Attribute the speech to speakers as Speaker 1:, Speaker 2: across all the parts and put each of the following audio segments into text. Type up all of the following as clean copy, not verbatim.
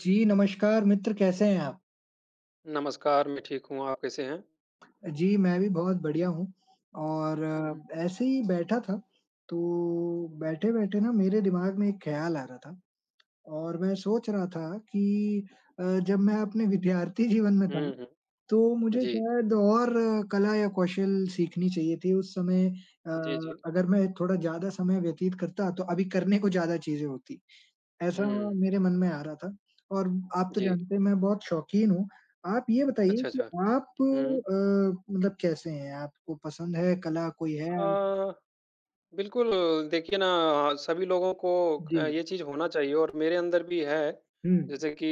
Speaker 1: जी, नमस्कार मित्र कैसे हैं आप?
Speaker 2: नमस्कार, मैं ठीक हूँ, आप कैसे हैं?
Speaker 1: जी, मैं भी बहुत बढ़िया हूँ और
Speaker 2: हुँ,
Speaker 1: ऐसे ही बैठा था, तो बैठे-बैठे ना मेरे दिमाग में एक ख़्याल आ रहा था और मैं सोच रहा था कि जब मैं अपने विद्यार्थी जीवन में था,
Speaker 2: हुँ, हुँ,
Speaker 1: तो मुझे
Speaker 2: जी,
Speaker 1: शायद और कला या कौशल सीखनी चाहिए थी। उस समय
Speaker 2: जी, जी।
Speaker 1: अगर मैं थोड़ा ज़्यादा समय व्यतीत करता, तो अभी करने को ज़्यादा चीज़ें होती। ऐसा
Speaker 2: हुँ,
Speaker 1: मेरे मन में आ रहा था और आप तो
Speaker 2: जी,
Speaker 1: जानते हैं मैं बहुत शौकीन हूँ। आप ये बताइए
Speaker 2: अच्छा,
Speaker 1: कि
Speaker 2: अच्छा,
Speaker 1: आप
Speaker 2: हुँ।
Speaker 1: मतलब कैसे हैं? आपको पसंद है कला कोई है?
Speaker 2: अ, बिल्कुल देखिए ना सभी लोगों को
Speaker 1: जी।
Speaker 2: ये चीज़ होना चाहिए और मेरे अंदर भी है।
Speaker 1: हुँ।
Speaker 2: जैसे कि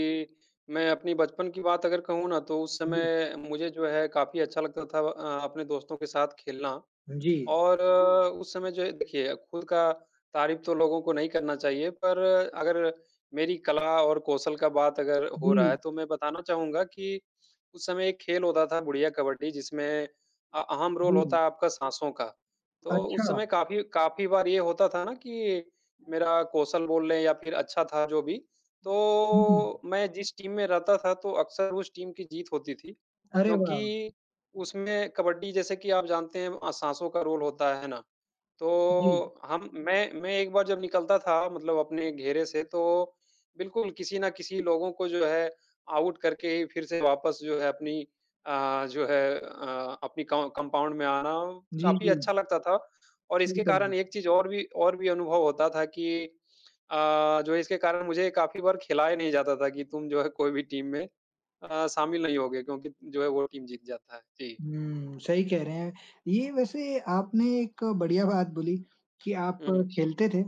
Speaker 2: मैं अपनी बचपन की बात अगर कहूँ ना तो उस
Speaker 1: जी।
Speaker 2: समय मुझे जो है काफ़ी अच्छा लगता था अपने दोस्तों के साथ खेलना।
Speaker 1: जी।
Speaker 2: और उस समय जो है देखिए, खुद का तारीफ़ तो लोगों को नहीं करना चाहिए, पर अगर मेरी कला और कौशल का बात अगर हो रहा है,
Speaker 1: जी,
Speaker 2: तो मैं बताना चाहूँगा कि उस समय एक खेल होता था बुढ़िया कबड्डी, जिसमें अहम रोल
Speaker 1: जी।
Speaker 2: होता है आपका साँसों का। तो उस
Speaker 1: अच्छा।
Speaker 2: समय काफ़ी काफ़ी बार ये होता था ना कि मेरा कौशल बोल लें या फिर अच्छा था जो भी,
Speaker 1: हुँ, हुँ।
Speaker 2: तो मैं जिस टीम में रहता था, तो अक्सर उस टीम की जीत होती थी,
Speaker 1: अरे वाह!
Speaker 2: क्योंकि उसमें कबड्डी जैसे कि आप जानते हैं साँसों का रोल होता है ना?
Speaker 1: जी।
Speaker 2: तो हम मैं एक बार जब निकलता था मतलब अपने घेरे से तो बिल्कुल किसी न किसी लोगों को जो है आउट करके ही फिर से वापस जो है अपनी जो है अपनी कॉ कंपाउंड में आना
Speaker 1: जी,
Speaker 2: काफ़ी
Speaker 1: जी।
Speaker 2: अच्छा लगता था। और
Speaker 1: सही
Speaker 2: इसके
Speaker 1: कह रहे
Speaker 2: कारण एक
Speaker 1: हैं।
Speaker 2: चीज़ और भी अनुभव होता था कि अ, जो इसके कारण मुझे काफ़ी बार खिलाया नहीं जाता था कि तुम जो है कोई भी टीम में शामिल नहीं होगे क्योंकि जो है वो टीम जीत जाता है। जी।
Speaker 1: हुँ, सही कह रहे हैं। ये वैसे आपने एक बढ़िया बात बोली कि आप
Speaker 2: हुँ,
Speaker 1: खेलते थे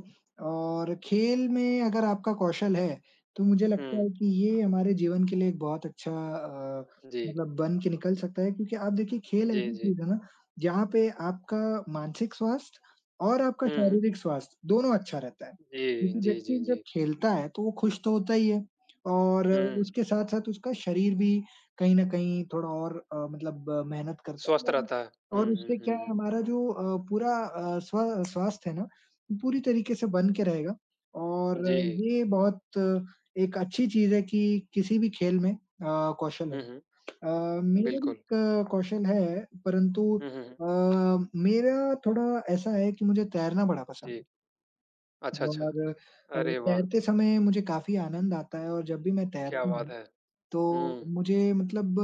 Speaker 1: और खेल में अगर आपका कौशल है, तो मुझे लगता
Speaker 2: हुँ,
Speaker 1: है कि ये हमारे जीवन के लिए एक बहुत अच्छा
Speaker 2: जी,
Speaker 1: मतलब बन के निकल सकता है क्योंकि आप देखिए खेल
Speaker 2: जी,
Speaker 1: ऐसी
Speaker 2: जी,
Speaker 1: चीज़ है ना, जहाँ पे आपका मानसिक स्वास्थ्य और आपका
Speaker 2: हुँ,
Speaker 1: शारीरिक स्वास्थ्य दोनों अच्छा रहता है।
Speaker 2: जी,
Speaker 1: क्योंकि
Speaker 2: जी,
Speaker 1: व्यक्ति
Speaker 2: जी,
Speaker 1: जब
Speaker 2: जी,
Speaker 1: खेलता है, तो वो खुश तो होता ही है और
Speaker 2: हुँ,
Speaker 1: उसके साथ-साथ उसका शरीर भी कहीं न कहीं थोड़ा और मतलब मेहनत करते हैं
Speaker 2: स्वस्थ
Speaker 1: हम
Speaker 2: रहता है।
Speaker 1: और
Speaker 2: हुँ, हुँ,
Speaker 1: उससे क्या है
Speaker 2: हुँ,
Speaker 1: हमारा जो पूरा स्वास्थ्य है ना, पूरी तरीके से बन के रहेगा
Speaker 2: हुँ,
Speaker 1: और
Speaker 2: जी,
Speaker 1: ये बहुत एक अच्छी चीज़ है कि किसी भी खेल में कौशल हो।
Speaker 2: हुँ, हुँ,
Speaker 1: मेरा भी
Speaker 2: बिल्कुल,
Speaker 1: एक कौशल है परंतु
Speaker 2: हुँ, हुँ, हुँ,
Speaker 1: अ, मेरा थोड़ा ऐसा है कि मुझे तैरना बड़ा पसंद है
Speaker 2: जी, अच्छा, अच्छा,
Speaker 1: और
Speaker 2: अरे वाह!
Speaker 1: तैरते समय मुझे काफ़ी आनंद आता है और जब भी मैं
Speaker 2: क्या
Speaker 1: तैरती
Speaker 2: बात
Speaker 1: हूँ
Speaker 2: है।
Speaker 1: तो
Speaker 2: हुँ,
Speaker 1: मुझे मतलब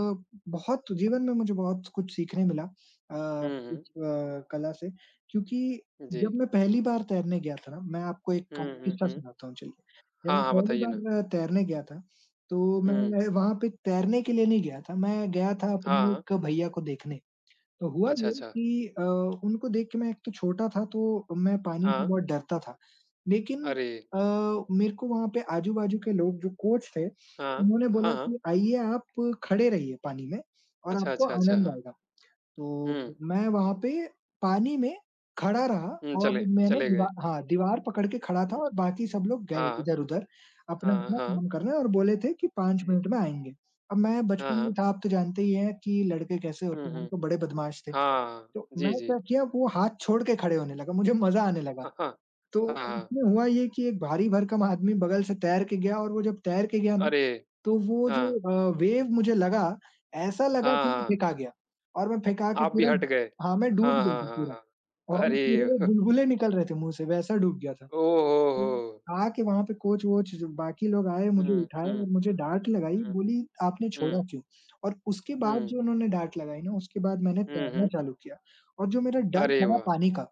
Speaker 1: बहुत जीवन में मुझे बहुत कुछ सीखने मिला
Speaker 2: हुँ,
Speaker 1: इस
Speaker 2: हुँ,
Speaker 1: कला से क्योंकि
Speaker 2: जी,
Speaker 1: जब मैं पहली बार तैरने गया था ना, मैं आपको एक का
Speaker 2: हुँ, हुँ,
Speaker 1: किस्सा
Speaker 2: हुँ,
Speaker 1: सुनाता हूँ चलिए। जब
Speaker 2: हाँ,
Speaker 1: मैं
Speaker 2: हाँ,
Speaker 1: पहली
Speaker 2: बताइए ना?
Speaker 1: बार तैरने गया था, तो
Speaker 2: हुँ,
Speaker 1: मैं वहाँ पे तैरने के लिए नहीं गया था, मैं गया था
Speaker 2: हाँ,
Speaker 1: अपने
Speaker 2: हाँ,
Speaker 1: एक भैया को देखने। तो हुआ
Speaker 2: अच्छा,
Speaker 1: ये
Speaker 2: अच्छा,
Speaker 1: कि उनको देख के मैं एक तो छोटा था तो मैं पानी से
Speaker 2: हाँ,
Speaker 1: बहुत डरता था। लेकिन
Speaker 2: अरे!
Speaker 1: अ, मेरे को वहाँ पे आजू-बाजू के लोग जो कोच थे,
Speaker 2: हाँ,
Speaker 1: उन्होंने
Speaker 2: हाँ,
Speaker 1: बोला
Speaker 2: हाँ,
Speaker 1: कि आइए आप खड़े रहिए पानी में और
Speaker 2: अच्छा,
Speaker 1: आपको
Speaker 2: अच्छा, अच्छा,
Speaker 1: आनंद
Speaker 2: हाँ,
Speaker 1: आएगा। तो
Speaker 2: हुँ,
Speaker 1: मैं वहाँ पे पानी में खड़ा रहा
Speaker 2: हुँ,
Speaker 1: और
Speaker 2: चले
Speaker 1: मैंने
Speaker 2: चले गए। हुँ,
Speaker 1: दीवार
Speaker 2: हुँ,
Speaker 1: पकड़ के खड़ा था
Speaker 2: हुँ, हुँ।
Speaker 1: और बाकी सब लोग गए
Speaker 2: हाँ,
Speaker 1: इधर-उधर
Speaker 2: हाँ,
Speaker 1: अपना-अपना
Speaker 2: हाँ,
Speaker 1: काम करने और बोले थे कि 5
Speaker 2: जी,
Speaker 1: मिनट में आएँगे। अब मैं
Speaker 2: हाँ,
Speaker 1: बचपन में
Speaker 2: हाँ,
Speaker 1: था आप तो जानते ही हैं कि लड़के कैसे होते
Speaker 2: हुँ,
Speaker 1: हैं, हम
Speaker 2: हुँ।
Speaker 1: तो बड़े बदमाश थे।
Speaker 2: हाँ,
Speaker 1: तो मैं
Speaker 2: जी, जी।
Speaker 1: क्या किया वो हाथ छोड़ के खड़े होने लगा, मुझे मज़ा आने लगा।
Speaker 2: हाँ, हाँ।
Speaker 1: तो
Speaker 2: हाँ, हाँ।
Speaker 1: उसमें हुआ ये कि एक भारी भरकम आदमी बगल से तैर के गया और वो जब तैर के गया ना,
Speaker 2: अरे!
Speaker 1: तो वो जो
Speaker 2: हाँ।
Speaker 1: वेव मुझे लगा, ऐसा लगा
Speaker 2: हाँ,
Speaker 1: कि मैं
Speaker 2: हाँ।
Speaker 1: फेंका गया और मैं फेंका के
Speaker 2: आप भी
Speaker 1: पूरा
Speaker 2: हट गए।
Speaker 1: हाँ, मैं डूब
Speaker 2: हाँ,
Speaker 1: गया
Speaker 2: हाँ,
Speaker 1: था
Speaker 2: हाँ,
Speaker 1: पूरा
Speaker 2: हाँ।
Speaker 1: और पूरे
Speaker 2: अरे!
Speaker 1: बुलबुले निकल रहे थे मुँह से, वैसा डूब गया था। हुँ,
Speaker 2: ओहो!
Speaker 1: आके वहाँ पे कोच-वोच जो बाकी लोग आए, मुझे
Speaker 2: हुँ,
Speaker 1: उठाए
Speaker 2: हुँ,
Speaker 1: और मुझे
Speaker 2: हुँ।
Speaker 1: डाँट लगाई,
Speaker 2: हुँ,
Speaker 1: बोली, "आपने छोड़ा
Speaker 2: हुँ,
Speaker 1: क्यों?" और उसके बाद
Speaker 2: हुँ।
Speaker 1: जो उन्होंने डाँट लगाई ना, उसके बाद मैंने
Speaker 2: हुँ,
Speaker 1: तैरना
Speaker 2: हुँ।
Speaker 1: चालू किया और जो मेरा डर
Speaker 2: अरे
Speaker 1: था ना
Speaker 2: वाह!
Speaker 1: पानी का,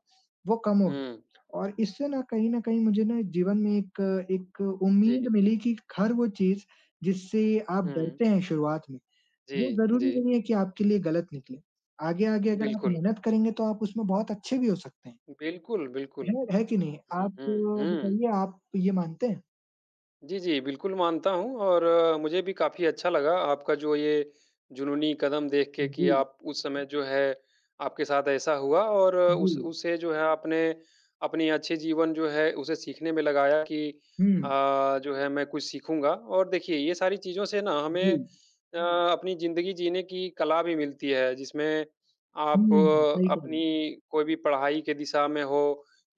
Speaker 1: वो कम हो
Speaker 2: हुँ,
Speaker 1: गया और इससे ना कहीं न कहीं मुझे ना जीवन में एक एक उम्मीद
Speaker 2: जी।
Speaker 1: मिली कि हर वो चीज़ जिससे आप
Speaker 2: हुँ,
Speaker 1: डरते हैं शुरुआत में,
Speaker 2: जी,
Speaker 1: वो
Speaker 2: जी।
Speaker 1: ज़रूरी नहीं है कि आपके लिए गलत निकले। आगे-आगे अगर आप
Speaker 2: बिल्कुल।
Speaker 1: मेहनत करेंगे, तो आप उसमें बहुत अच्छे भी हो सकते हैं।
Speaker 2: बिल्कुल, बिल्कुल।
Speaker 1: है कि नहीं?
Speaker 2: हुँ,
Speaker 1: आप
Speaker 2: हुँ, हुँ।
Speaker 1: बताइए आप ये मानते हैं?
Speaker 2: जी, जी, बिल्कुल मानता हूँ और मुझे भी काफ़ी अच्छा लगा आपका जो ये जुनूनी कदम देख के कि
Speaker 1: जी,
Speaker 2: आप उस समय जो है आपके साथ ऐसा हुआ और उस
Speaker 1: जी।
Speaker 2: उसे जो है आपने अपनी अच्छे जीवन जो है उसे सीखने में लगाया कि
Speaker 1: हुँ,
Speaker 2: अ, जो है मैं कुछ सीखूँगा और देखिए ये सारी चीज़ों से ना
Speaker 1: जी।
Speaker 2: हमें अपनी ज़िंदगी जीने की कला भी मिलती है जिसमें
Speaker 1: हुँ,
Speaker 2: आप
Speaker 1: सही कह रहे हैं।
Speaker 2: अपनी कोई भी पढ़ाई के दिशा में हो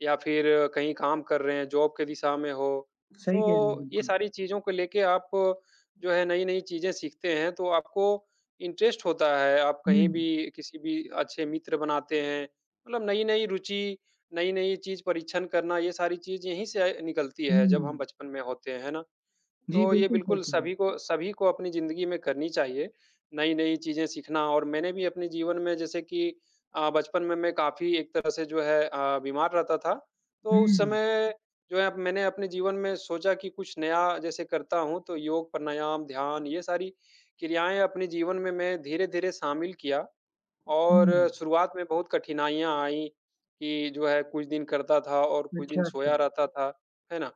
Speaker 2: या फिर कहीं काम कर रहे हैं, जॉब के दिशा में हो
Speaker 1: सही कह रहे हैं,
Speaker 2: तो ये
Speaker 1: बिल्कुल।
Speaker 2: सारी चीज़ों को लेके आप जो है नई-नई चीज़ें सीखते हैं, तो आपको इंटरेस्ट होता है, आप
Speaker 1: हुँ,
Speaker 2: कहीं भी किसी भी अच्छे मित्र बनाते हैं, मतलब नई-नई रुचि, नई-नई चीज़ परीक्षण करना, ये सारी चीज़ यहीं से निकलती है, जब हम
Speaker 1: हुँ।
Speaker 2: बचपन में होते हैं, है ना?
Speaker 1: जी,
Speaker 2: तो ये
Speaker 1: बिल्कुल सही
Speaker 2: बिल्कुल
Speaker 1: कह रहे हैं।
Speaker 2: सभी को अपनी ज़िंदगी में करनी चाहिए, नई-नई चीज़ें सीखना और मैंने भी अपने जीवन में जैसे कि बचपन में मैं काफ़ी एक तरह से जो है बीमार रहता था, तो उस
Speaker 1: हुँ,
Speaker 2: समय जो है मैंने अपने जीवन में सोचा कि कुछ नया जैसे करता हूँ, तो योग, प्राणायाम, ध्यान ये सारी क्रियाएँ अपने जीवन में मैं धीरे-धीरे शामिल किया। और
Speaker 1: हुँ।
Speaker 2: शुरुआत में बहुत कठिनाइयाँ आईं कि जो है कुछ दिन करता था और कुछ दिन
Speaker 1: अच्छा, अच्छा।
Speaker 2: सोया रहता था, है ना?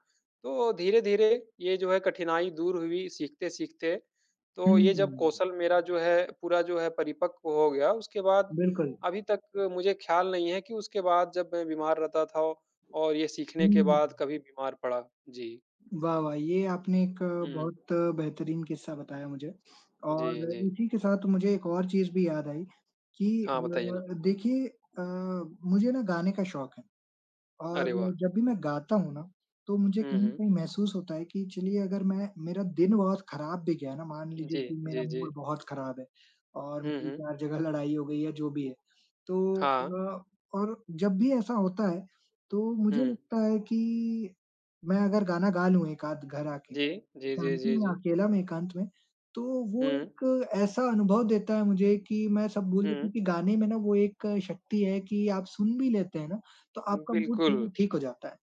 Speaker 2: तो धीरे-धीरे ये जो है कठिनाई दूर हुई सीखते-सीखते।
Speaker 1: हुँ,
Speaker 2: तो ये जब कौशल मेरा जो है पूरा जो है परिपक्व हो गया, उसके बाद
Speaker 1: बिल्कुल।
Speaker 2: अभी तक मुझे ख़्याल नहीं है कि उसके बाद जब मैं बीमार रहता था और ये सीखने के
Speaker 1: हुँ।
Speaker 2: बाद कभी बीमार पड़ा। जी।
Speaker 1: वाह, वाह! ये आपने एक
Speaker 2: हुँ,
Speaker 1: बहुत बेहतरीन किस्सा बताया मुझे
Speaker 2: जी,
Speaker 1: और
Speaker 2: जी।
Speaker 1: इसी के साथ मुझे एक और चीज़ भी याद आई कि
Speaker 2: हाँ, बताइए ना।
Speaker 1: देखिए मुझे ना गाने का शौक है और
Speaker 2: अरे वाह!
Speaker 1: जब भी मैं गाता हूँ ना, तो मुझे
Speaker 2: हुँ,
Speaker 1: कहीं न
Speaker 2: हुँ।
Speaker 1: कहीं महसूस होता है कि चलिए अगर मैं मेरा दिन बहुत खराब भी गया ना, मान लीजिए
Speaker 2: जी,
Speaker 1: कि मेरा
Speaker 2: जी, जी।
Speaker 1: मूड बहुत खराब है और
Speaker 2: हुँ,
Speaker 1: मेरी
Speaker 2: हुँ।
Speaker 1: 4 जगह लड़ाई हो गई है, जो भी है। तो
Speaker 2: हाँ।
Speaker 1: अ, और जब भी ऐसा होता है, तो
Speaker 2: हुँ।
Speaker 1: मुझे लगता है कि मैं अगर गाना गा लूँ एक आध घर आके,
Speaker 2: जी, जी, जी,
Speaker 1: शांति
Speaker 2: जी,
Speaker 1: में,
Speaker 2: जी।
Speaker 1: अकेला में, एकांत में, तो वो
Speaker 2: हुँ,
Speaker 1: एक ऐसा अनुभव देता है मुझे कि मैं सब भूल जाती
Speaker 2: हुँ,
Speaker 1: हूँ कि गाने में ना वो एक शक्ति है कि आप सुन भी लेते हैं ना, तो आपका मूड
Speaker 2: बिल्कुल।
Speaker 1: थोड़ा ठीक हो जाता है।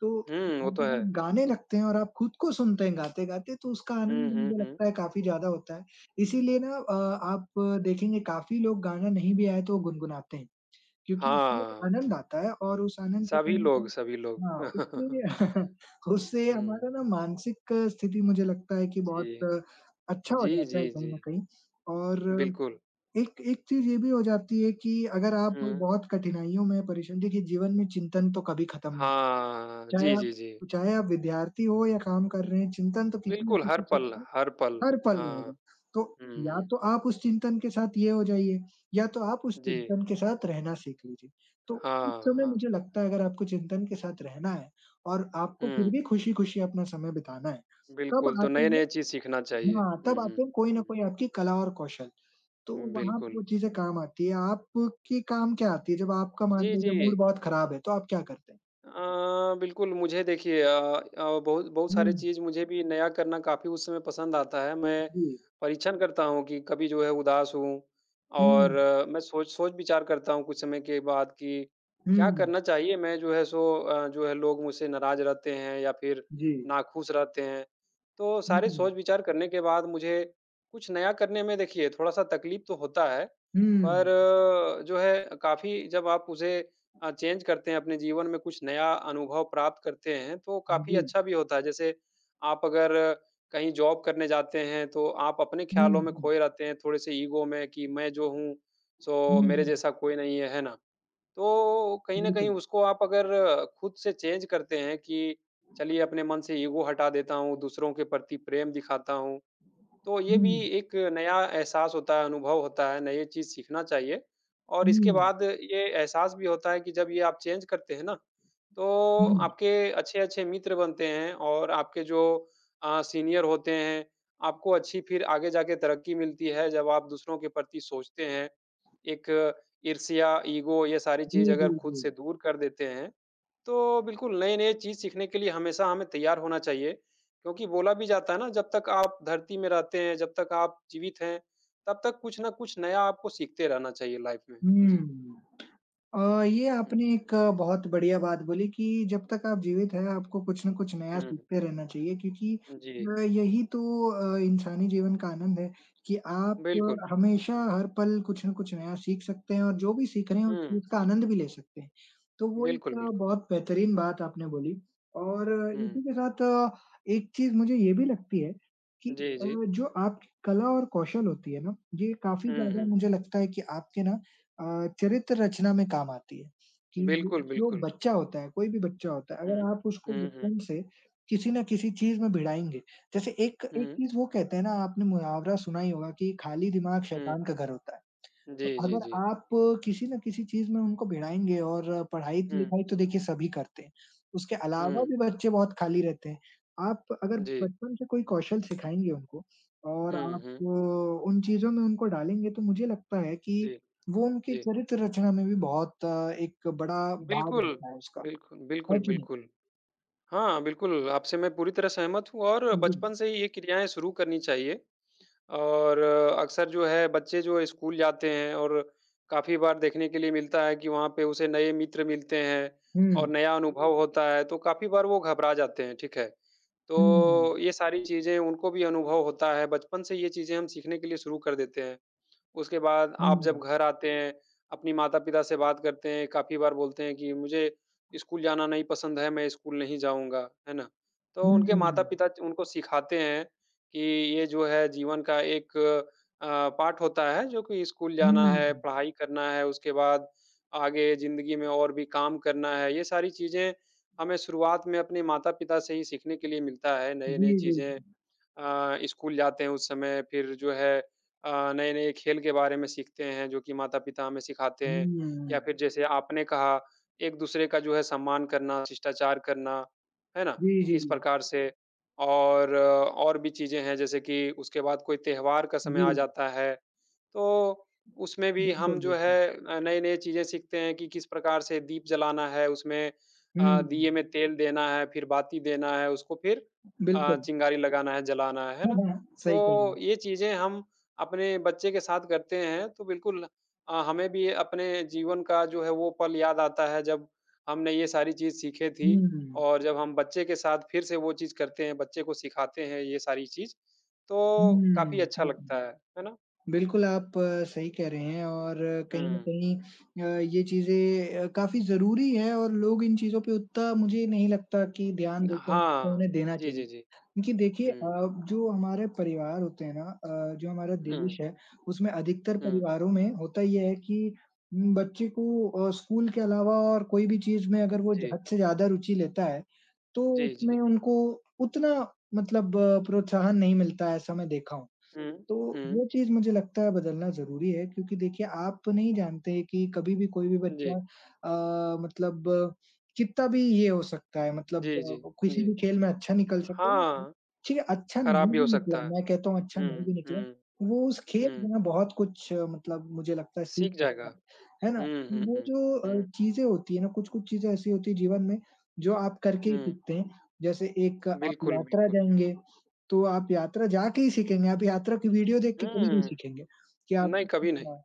Speaker 1: तो जब
Speaker 2: हुँ, वो तो है।
Speaker 1: आप गाने लगते हैं और आप खुद को सुनते हैं गाते-गाते, तो उसका
Speaker 2: हुँ,
Speaker 1: आनंद
Speaker 2: हुँ,
Speaker 1: मुझे
Speaker 2: हुँ।
Speaker 1: लगता है काफ़ी ज़्यादा होता है। इसीलिए ना आप देखेंगे काफ़ी लोग गाना नहीं भी आए तो वो गुनगुनाते हैं। क्योंकि उसमें एक
Speaker 2: हाँ,
Speaker 1: आनंद आता है और उस आनंद का कहीं
Speaker 2: सभी
Speaker 1: न
Speaker 2: लोग,
Speaker 1: कहीं
Speaker 2: सभी
Speaker 1: हाँ,
Speaker 2: लोग।
Speaker 1: उससे उससे
Speaker 2: हुँ,
Speaker 1: हमारा ना मानसिक स्थिति मुझे लगता है कि
Speaker 2: जी।
Speaker 1: बहुत अच्छा हो
Speaker 2: जी,
Speaker 1: जाता
Speaker 2: जी,
Speaker 1: है कहीं
Speaker 2: जी,
Speaker 1: न कहीं और
Speaker 2: बिल्कुल।
Speaker 1: एक एक चीज़ ये भी हो जाती है कि अगर आप
Speaker 2: हुँ,
Speaker 1: बहुत कठिनाइयों में परेशान देखिए जीवन में चिंतन तो कभी खत्म नहीं,
Speaker 2: हाँ,
Speaker 1: चाहे
Speaker 2: जी,
Speaker 1: आप
Speaker 2: जी, जी।
Speaker 1: चाहे आप विद्यार्थी हो या काम कर रहे हैं, चिंतन तो किसी न
Speaker 2: बिल्कुल, हर
Speaker 1: किसी चीज़
Speaker 2: पल,
Speaker 1: का
Speaker 2: हर पल।
Speaker 1: हर पल रहेगा।
Speaker 2: हाँ,
Speaker 1: तो या
Speaker 2: हुँ,
Speaker 1: तो आप उस चिंतन के साथ ये हो जाइए, या तो आप उस
Speaker 2: जी।
Speaker 1: चिंतन के साथ रहना सीख लीजिए। तो उस
Speaker 2: हाँ,
Speaker 1: समय
Speaker 2: हाँ।
Speaker 1: मुझे लगता है अगर आपको चिंतन के साथ रहना है और आपको फिर
Speaker 2: हुँ,
Speaker 1: भी खुशी-खुशी अपना समय बिताना है, तब
Speaker 2: बिल्कुल, तो
Speaker 1: आते हैं
Speaker 2: नए-नए चीज़ सीखना चाहिए।
Speaker 1: हाँ,
Speaker 2: हुँ,
Speaker 1: तब
Speaker 2: हुँ,
Speaker 1: आते हैं कोई न कोई आपकी कला और कौशल। तो
Speaker 2: हुँ,
Speaker 1: वहाँ पे
Speaker 2: बिल्कुल।
Speaker 1: वो चीज़ें काम आती है। आपके काम क्या आती है? जब आपका मान
Speaker 2: जी,
Speaker 1: लीजिए
Speaker 2: जी।
Speaker 1: मूड बहुत खराब है, तो आप क्या करते हैं?
Speaker 2: अ, बिल्कुल, मुझे देखिए अ बहुत बहुत
Speaker 1: हुँ,
Speaker 2: सारी चीज़ मुझे भी नया करना काफ़ी उस समय पसंद आता है। मैं
Speaker 1: जी।
Speaker 2: परीक्षण करता हूँ कि कभी जो है उदास हूँ
Speaker 1: हुँ,
Speaker 2: और मैं सोच सोच-विचार करता हूँ कुछ समय के बाद कि क्या
Speaker 1: हुँ,
Speaker 2: करना चाहिए? मैं जो है सो जो है लोग मुझसे नाराज़ रहते हैं या फिर
Speaker 1: जी।
Speaker 2: नाख़ुश रहते हैं। तो सारे
Speaker 1: हुँ,
Speaker 2: सोच-विचार करने के बाद मुझे कुछ नया करने में देखिए थोड़ा-सा तकलीफ़ तो होता है,
Speaker 1: हुँ,
Speaker 2: पर जो है काफ़ी जब आप उसे चेंज करते हैं, अपने जीवन में कुछ नया अनुभव प्राप्त करते हैं, तो काफ़ी
Speaker 1: जी।
Speaker 2: अच्छा भी होता है। जैसे आप अगर कहीं जॉब करने जाते हैं, तो आप अपने
Speaker 1: हुँ,
Speaker 2: ख़्यालों में
Speaker 1: हुँ।
Speaker 2: खोए रहते हैं, थोड़े-से ईगो में कि मैं जो हूँ,
Speaker 1: हुँ,
Speaker 2: सो मेरे
Speaker 1: हुँ।
Speaker 2: जैसा कोई नहीं है, है ना? तो कहीं न कहीं
Speaker 1: बिल्कुल।
Speaker 2: उसको आप अगर खुद से चेंज करते हैं कि चलिए अपने मन से ईगो हटा देता हूँ, दूसरों के प्रति प्रेम दिखाता हूँ, तो ये
Speaker 1: हुँ,
Speaker 2: भी एक नया एहसास होता है, अनुभव होता है, नई चीज़ सीखना चाहिए और इसके
Speaker 1: हुँ,
Speaker 2: बाद ये एहसास भी होता है कि जब ये आप चेंज करते हैं ना, तो
Speaker 1: हुँ।
Speaker 2: आपके अच्छे-अच्छे मित्र बनते हैं और आपके जो सीनियर होते हैं, आपको अच्छी फिर आगे जाके तरक्की मिलती है जब आप दूसरों के प्रति सोचते हैं। एक ईर्ष्या, ईगो ये सारी चीज़
Speaker 1: जी, जी,
Speaker 2: अगर खुद
Speaker 1: जी।
Speaker 2: से दूर कर देते हैं, तो बिल्कुल नए-नए चीज़ सीखने के लिए हमेशा हमें तैयार होना चाहिए। क्योंकि बोला भी जाता है ना जब तक आप धरती में रहते हैं, जब तक आप जीवित हैं, तब तक कुछ ना कुछ नया आपको सीखते रहना चाहिए लाइफ में। जी।
Speaker 1: हुँ। ये
Speaker 2: हुँ,
Speaker 1: आपने एक बहुत बढ़िया बात बोली कि जब तक आप जीवित हैं, आपको कुछ न कुछ नया
Speaker 2: हुँ,
Speaker 1: सीखते रहना चाहिए क्योंकि
Speaker 2: जी,
Speaker 1: यही तो इंसानी जीवन का आनंद है कि आप
Speaker 2: बिल्कुल।
Speaker 1: हमेशा हर पल कुछ न कुछ नया सीख सकते हैं और जो भी सीख रहे हैं, उस
Speaker 2: हुँ,
Speaker 1: चीज़ का आनंद भी ले सकते हैं। तो वो
Speaker 2: बिल्कुल,
Speaker 1: एक
Speaker 2: बिल्कुल।
Speaker 1: बहुत बेहतरीन बात आपने बोली और इसी
Speaker 2: हुँ,
Speaker 1: के साथ एक चीज़ मुझे ये भी लगती है कि
Speaker 2: जी, जी।
Speaker 1: जो आपकी कला और कौशल होती है ना, ये काफ़ी
Speaker 2: हुँ,
Speaker 1: ज़्यादा
Speaker 2: हुँ,
Speaker 1: मुझे लगता है कि आपके ना चरित्र रचना में काम आती है, कि ज
Speaker 2: बिल्कुल,
Speaker 1: जो
Speaker 2: बिल्कुल।
Speaker 1: बच्चा होता है, कोई भी बच्चा होता है,
Speaker 2: हुँ,
Speaker 1: अगर आप उसको
Speaker 2: हुँ, हुँ,
Speaker 1: बचपन से किसी न किसी चीज़ में भिड़ाएँगे, जैसे एक एक
Speaker 2: हुँ,
Speaker 1: चीज़ वो कहते हैं ना, आपने मुहावरा सुना ही होगा कि खाली दिमाग
Speaker 2: हुँ।
Speaker 1: शैतान का घर होता है। तो
Speaker 2: जी, जी,
Speaker 1: अगर
Speaker 2: जी।
Speaker 1: आप किसी न किसी चीज़ में उनको भिड़ाएँगे और
Speaker 2: हुँ,
Speaker 1: पढ़ाई-लिखाई तो देखिए सभी करते हैं, उसके अलावा
Speaker 2: हुँ,
Speaker 1: भी बच्चे बहुत खाली रहते हैं। आप अगर
Speaker 2: जी।
Speaker 1: बचपन से कोई कौशल सिखाएँगे उनको और
Speaker 2: हुँ,
Speaker 1: आप
Speaker 2: हुँ,
Speaker 1: उन चीज़ों में उनको डालेंगे, तो मुझे लगता है कि
Speaker 2: जी,
Speaker 1: वो उनके
Speaker 2: जी।
Speaker 1: चरित्र रचना में भी बहुत एक बड़ा भाग
Speaker 2: बिल्कुल,
Speaker 1: रहता है उसका,
Speaker 2: बिल्कुल,
Speaker 1: है
Speaker 2: बिल्कुल,
Speaker 1: कि नहीं?
Speaker 2: बिल्कुल। हाँ, बिल्कुल, आपसे मैं पूरी तरह सहमत हूँ और
Speaker 1: जी।
Speaker 2: बचपन से ही ये क्रियाएँ शुरू करनी चाहिए। और अक्सर जो है बच्चे जो स्कूल जाते हैं और काफ़ी बार देखने के लिए मिलता है कि वहाँ पे उसे नए मित्र मिलते हैं और
Speaker 1: हुँ,
Speaker 2: नया अनुभव हुँ। होता है, तो काफ़ी बार वो घबरा जाते हैं, ठीक है।
Speaker 1: हुँ,
Speaker 2: तो ये सारी चीज़ें उनको भी अनुभव होता है, बचपन से ये चीज़ें हम सीखने के लिए शुरू कर देते हैं। उसके बाद आप
Speaker 1: हुँ,
Speaker 2: जब घर आते हैं, अपनी माता-पिता से बात करते हैं, काफ़ी बार बोलते हैं कि मुझे स्कूल जाना नहीं पसंद है, मैं स्कूल नहीं जाऊँगा, है ना? तो
Speaker 1: हुँ,
Speaker 2: उनके
Speaker 1: हुँ।
Speaker 2: माता-पिता उनको सिखाते हैं कि ये जो है जीवन का एक अ, पार्ट होता है जो कि स्कूल जाना है, पढ़ाई करना है, उसके बाद आगे ज़िंदगी में और भी काम करना है। ये सारी चीज़ें हमें शुरुआत में अपने माता-पिता से ही सीखने के लिए मिलता है, नई-नई
Speaker 1: जी, जी,
Speaker 2: चीज़ें
Speaker 1: जी।
Speaker 2: स्कूल जाते हैं उस समय फिर जो है नए-नए खेल के बारे में सीखते हैं जो कि माता-पिता हमें सिखाते हैं
Speaker 1: हुँ।
Speaker 2: या फिर जैसे आपने कहा एक-दूसरे का जो है सम्मान करना, शिष्टाचार करना, है ना?
Speaker 1: जी, जी,
Speaker 2: किस
Speaker 1: जी।
Speaker 2: प्रकार से और और भी चीज़ें हैं जैसे कि उसके बाद कोई त्योहार का समय
Speaker 1: जी,
Speaker 2: आ जाता है, तो उसमें भी हम
Speaker 1: बिल्कुल,
Speaker 2: जो
Speaker 1: बिल्कुल।
Speaker 2: है नए-नए चीज़ें सीखते हैं कि किस प्रकार से दीप जलाना है उसमें
Speaker 1: हुँ,
Speaker 2: दिए में तेल देना है, फिर बाती देना है उसको फिर
Speaker 1: बिल्कुल।
Speaker 2: चिंगारी लगाना है, जलाना है
Speaker 1: हाँ,
Speaker 2: ना?
Speaker 1: हाँ, सही कह रहे
Speaker 2: तो
Speaker 1: हैं।
Speaker 2: ये चीज़ें हम अपने बच्चे के साथ करते हैं तो बिल्कुल हमें भी अपने जीवन का जो है वो पल याद आता है जब हमने ये सारी चीज़ सीखी थी
Speaker 1: हुँ,
Speaker 2: और जब हम बच्चे के साथ फिर से वो चीज़ करते हैं, बच्चे को सिखाते हैं ये सारी चीज़,
Speaker 1: हुँ,
Speaker 2: तो काफ़ी अच्छा
Speaker 1: सही कह
Speaker 2: लगता
Speaker 1: रहे हैं।
Speaker 2: है ना?
Speaker 1: बिल्कुल, आप सही कह रहे हैं और कहीं न
Speaker 2: हुँ।
Speaker 1: कहीं ये चीज़ें काफ़ी ज़रूरी है और लोग इन चीज़ों पे उतना मुझे नहीं लगता कि ध्यान देते हैं जितना
Speaker 2: हाँ।
Speaker 1: उन्हें देना
Speaker 2: जी,
Speaker 1: चाहिए।
Speaker 2: जी, जी।
Speaker 1: क्योंकि देखिए
Speaker 2: हुँ,
Speaker 1: जो हमारे परिवार होते हैं ना जो हमारा
Speaker 2: हुँ,
Speaker 1: देश है, उसमें अधिकतर
Speaker 2: हुँ।
Speaker 1: परिवारों में होता ये है कि बच्चे को स्कूल के अलावा और कोई भी चीज़ में अगर वो ज
Speaker 2: जी,
Speaker 1: हद से ज़्यादा रुचि लेता है, तो
Speaker 2: जी,
Speaker 1: उसमें
Speaker 2: जी।
Speaker 1: उनको उतना मतलब प्रोत्साहन नहीं मिलता है, ऐसा मैं देखा हूँ।
Speaker 2: हुँ,
Speaker 1: तो
Speaker 2: हुँ।
Speaker 1: वो चीज़ मुझे लगता है बदलना ज़रूरी है क्योंकि देखिए, आप नहीं जानते कि कभी भी कोई भी बच्चा
Speaker 2: जी,
Speaker 1: मतलब कितना भी ये हो सकता है मतलब
Speaker 2: जी, जी,
Speaker 1: वो किसी
Speaker 2: जी।
Speaker 1: भी खेल में अच्छा निकल सकता है।
Speaker 2: हाँ।
Speaker 1: ठीक है, अच्छा नहीं
Speaker 2: खराब भी हो
Speaker 1: भी निकला,
Speaker 2: सकता है।
Speaker 1: मैं कहता हूँ अच्छा नहीं
Speaker 2: हुँ,
Speaker 1: भी निकला,
Speaker 2: हुँ,
Speaker 1: वो उस खेल
Speaker 2: हुँ,
Speaker 1: में ना बहुत कुछ मतलब मुझे लगता है सीख
Speaker 2: सीख जाएगा।
Speaker 1: सकता है ना?
Speaker 2: हुँ, हुँ,
Speaker 1: वो
Speaker 2: हुँ,
Speaker 1: जो
Speaker 2: हुँ,
Speaker 1: चीज़ें होती हैं ना, कुछ-कुछ चीज़ें ऐसी होती हैं जीवन में जो आप करके ही
Speaker 2: हुँ,
Speaker 1: सीखते हैं। जैसे एक आप
Speaker 2: बिल्कुल,
Speaker 1: यात्रा
Speaker 2: बिल्कुल।
Speaker 1: जाएँगे तो आप यात्रा जाके ही सीखेंगे, आप यात्रा की वीडियो देख के कभी नहीं
Speaker 2: हुँ,
Speaker 1: सीखेंगे कि आप
Speaker 2: नहीं कभी नहीं।
Speaker 1: हाँ,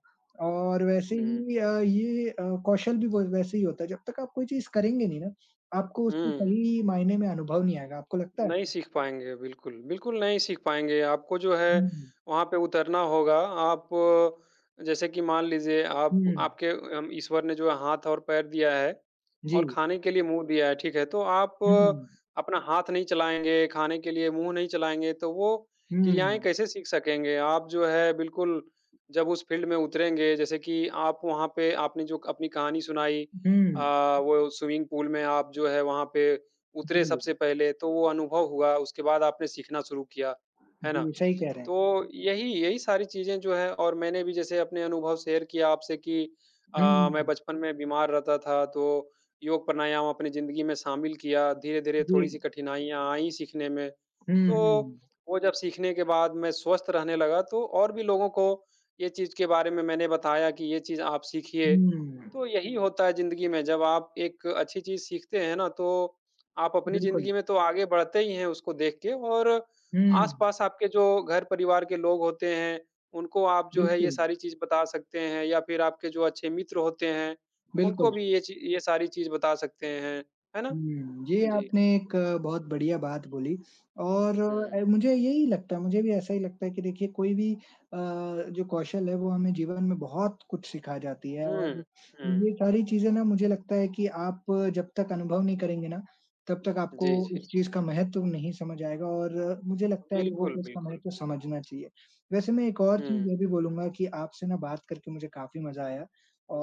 Speaker 1: और वैसे
Speaker 2: हुँ,
Speaker 1: ही ये कौशल भी वो वैसे ही होता है, जब तक आप कोई चीज़ करेंगे नहीं ना, आपको उसके
Speaker 2: हुँ।
Speaker 1: सही मायने में अनुभव नहीं आएगा, आपको लगता है
Speaker 2: नहीं सीख पाएँगे, बिल्कुल। बिल्कुल नहीं सीख पाएँगे, आपको जो है
Speaker 1: हुँ,
Speaker 2: वहाँ पे उतरना होगा। आप जैसे कि मान लीजिए आप
Speaker 1: हुँ,
Speaker 2: आपके ईश्वर ने जो है हाथ और पैर दिया है और
Speaker 1: जी,
Speaker 2: खाने के लिए मुँह दिया है, ठीक है? तो आप
Speaker 1: हुँ,
Speaker 2: अपना हाथ नहीं चलाएँगे, खाने के लिए मुँह नहीं चलाएँगे, तो वो
Speaker 1: हुँ,
Speaker 2: क्रियाएँ कैसे सीख सकेंगे? आप जो है बिल्कुल जब उस फ़ील्ड में उतरेंगे, जैसे कि आप वहाँ पे आपने जो अपनी कहानी सुनाई
Speaker 1: हुँ,
Speaker 2: अ, वो स्विमिंग पूल में आप जो है वहाँ पे उतरे
Speaker 1: जी,
Speaker 2: सबसे पहले, तो वो अनुभव हुआ, उसके बाद आपने सीखना शुरू किया, है ना?
Speaker 1: जी, सही कह रहे हैं।
Speaker 2: तो यही यही सारी चीज़ें जो है और मैंने भी जैसे अपने अनुभव शेयर किया आपसे कि
Speaker 1: हुँ,
Speaker 2: मैं बचपन में बीमार रहता था तो योग प्राणायाम अपनी ज़िंदगी में शामिल किया। धीरे-धीरे
Speaker 1: जी,
Speaker 2: थोड़ी-सी कठिनाइयाँ आईं सीखने में।
Speaker 1: हुँ,
Speaker 2: तो
Speaker 1: हुँ,
Speaker 2: वो जब सीखने के बाद मैं स्वस्थ रहने लगा तो और भी लोगों को ये चीज़ के बारे में मैंने बताया कि ये चीज़ आप सीखिए।
Speaker 1: हुँ,
Speaker 2: तो यही होता है ज़िंदगी में जब आप एक अच्छी चीज़ सीखते हैं ना तो आप अपनी
Speaker 1: बिल्कुल,
Speaker 2: ज़िंदगी में तो आगे बढ़ते ही हैं उसको देख के और
Speaker 1: हुँ,
Speaker 2: आस-पास आपके जो घर परिवार के लोग होते हैं, उनको आप जो है ये
Speaker 1: बिल्कुल,
Speaker 2: सारी चीज़ बता सकते हैं या फिर आपके जो अच्छे मित्र होते हैं, उनको
Speaker 1: बिल्कुल।
Speaker 2: भी ये सारी चीज़ बता सकते हैं, है ना?
Speaker 1: हुँ, ये
Speaker 2: जी।
Speaker 1: आपने एक बहुत बढ़िया बात बोली और
Speaker 2: हुँ।
Speaker 1: मुझे यही लगता है, मुझे भी ऐसा ही लगता है कि देखिए कोई भी जो कौशल है वो हमें जीवन में बहुत कुछ सिखा जाती है और
Speaker 2: हुँ,
Speaker 1: ये
Speaker 2: हुँ।
Speaker 1: सारी चीज़ें ना मुझे लगता है कि आप जब तक अनुभव नहीं करेंगे ना, तब तक आपको
Speaker 2: जी,
Speaker 1: उस
Speaker 2: जी।
Speaker 1: चीज़ का महत्व नहीं समझ आएगा और मुझे लगता है लोगों
Speaker 2: बिल्कुल,
Speaker 1: को इसका
Speaker 2: बिल्कुल।
Speaker 1: महत्व समझना चाहिए। वैसे मैं एक और चीज़
Speaker 2: हुँ।
Speaker 1: ये भी बोलूँगा कि आपसे ना बात करके मुझे काफ़ी मज़ा आया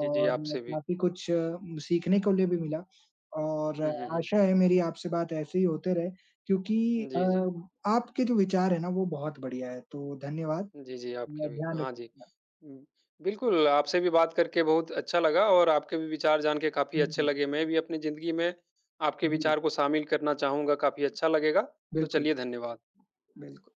Speaker 2: जी, जी, आपसे भी।
Speaker 1: काफ़ी कुछ सीखने को लिए भी मिला। और
Speaker 2: हुँ, हुँ, हुँ।
Speaker 1: आशा है मेरी आपसे बात ऐसे ही होते रहे क्योंकि अ,
Speaker 2: जी, जी।
Speaker 1: आपके जो विचार है ना वो बहुत बढ़िया है। तो धन्यवाद,
Speaker 2: जी, जी, आपके
Speaker 1: मैं
Speaker 2: भी।
Speaker 1: ध्यान
Speaker 2: हाँ
Speaker 1: रखिए
Speaker 2: जी।
Speaker 1: अपना।
Speaker 2: उम, बिल्कुल, आपसे भी बात करके बहुत अच्छा लगा और आपके भी विचार जान के काफ़ी
Speaker 1: हुँ,
Speaker 2: अच्छे
Speaker 1: हुँ।
Speaker 2: लगे। मैं भी अपनी ज़िंदगी में आपके
Speaker 1: जी,
Speaker 2: विचार को शामिल करना चाहूँगा, काफ़ी अच्छा लगेगा। तो
Speaker 1: बिल्कुल,
Speaker 2: चलिए धन्यवाद।
Speaker 1: बिल्कुल।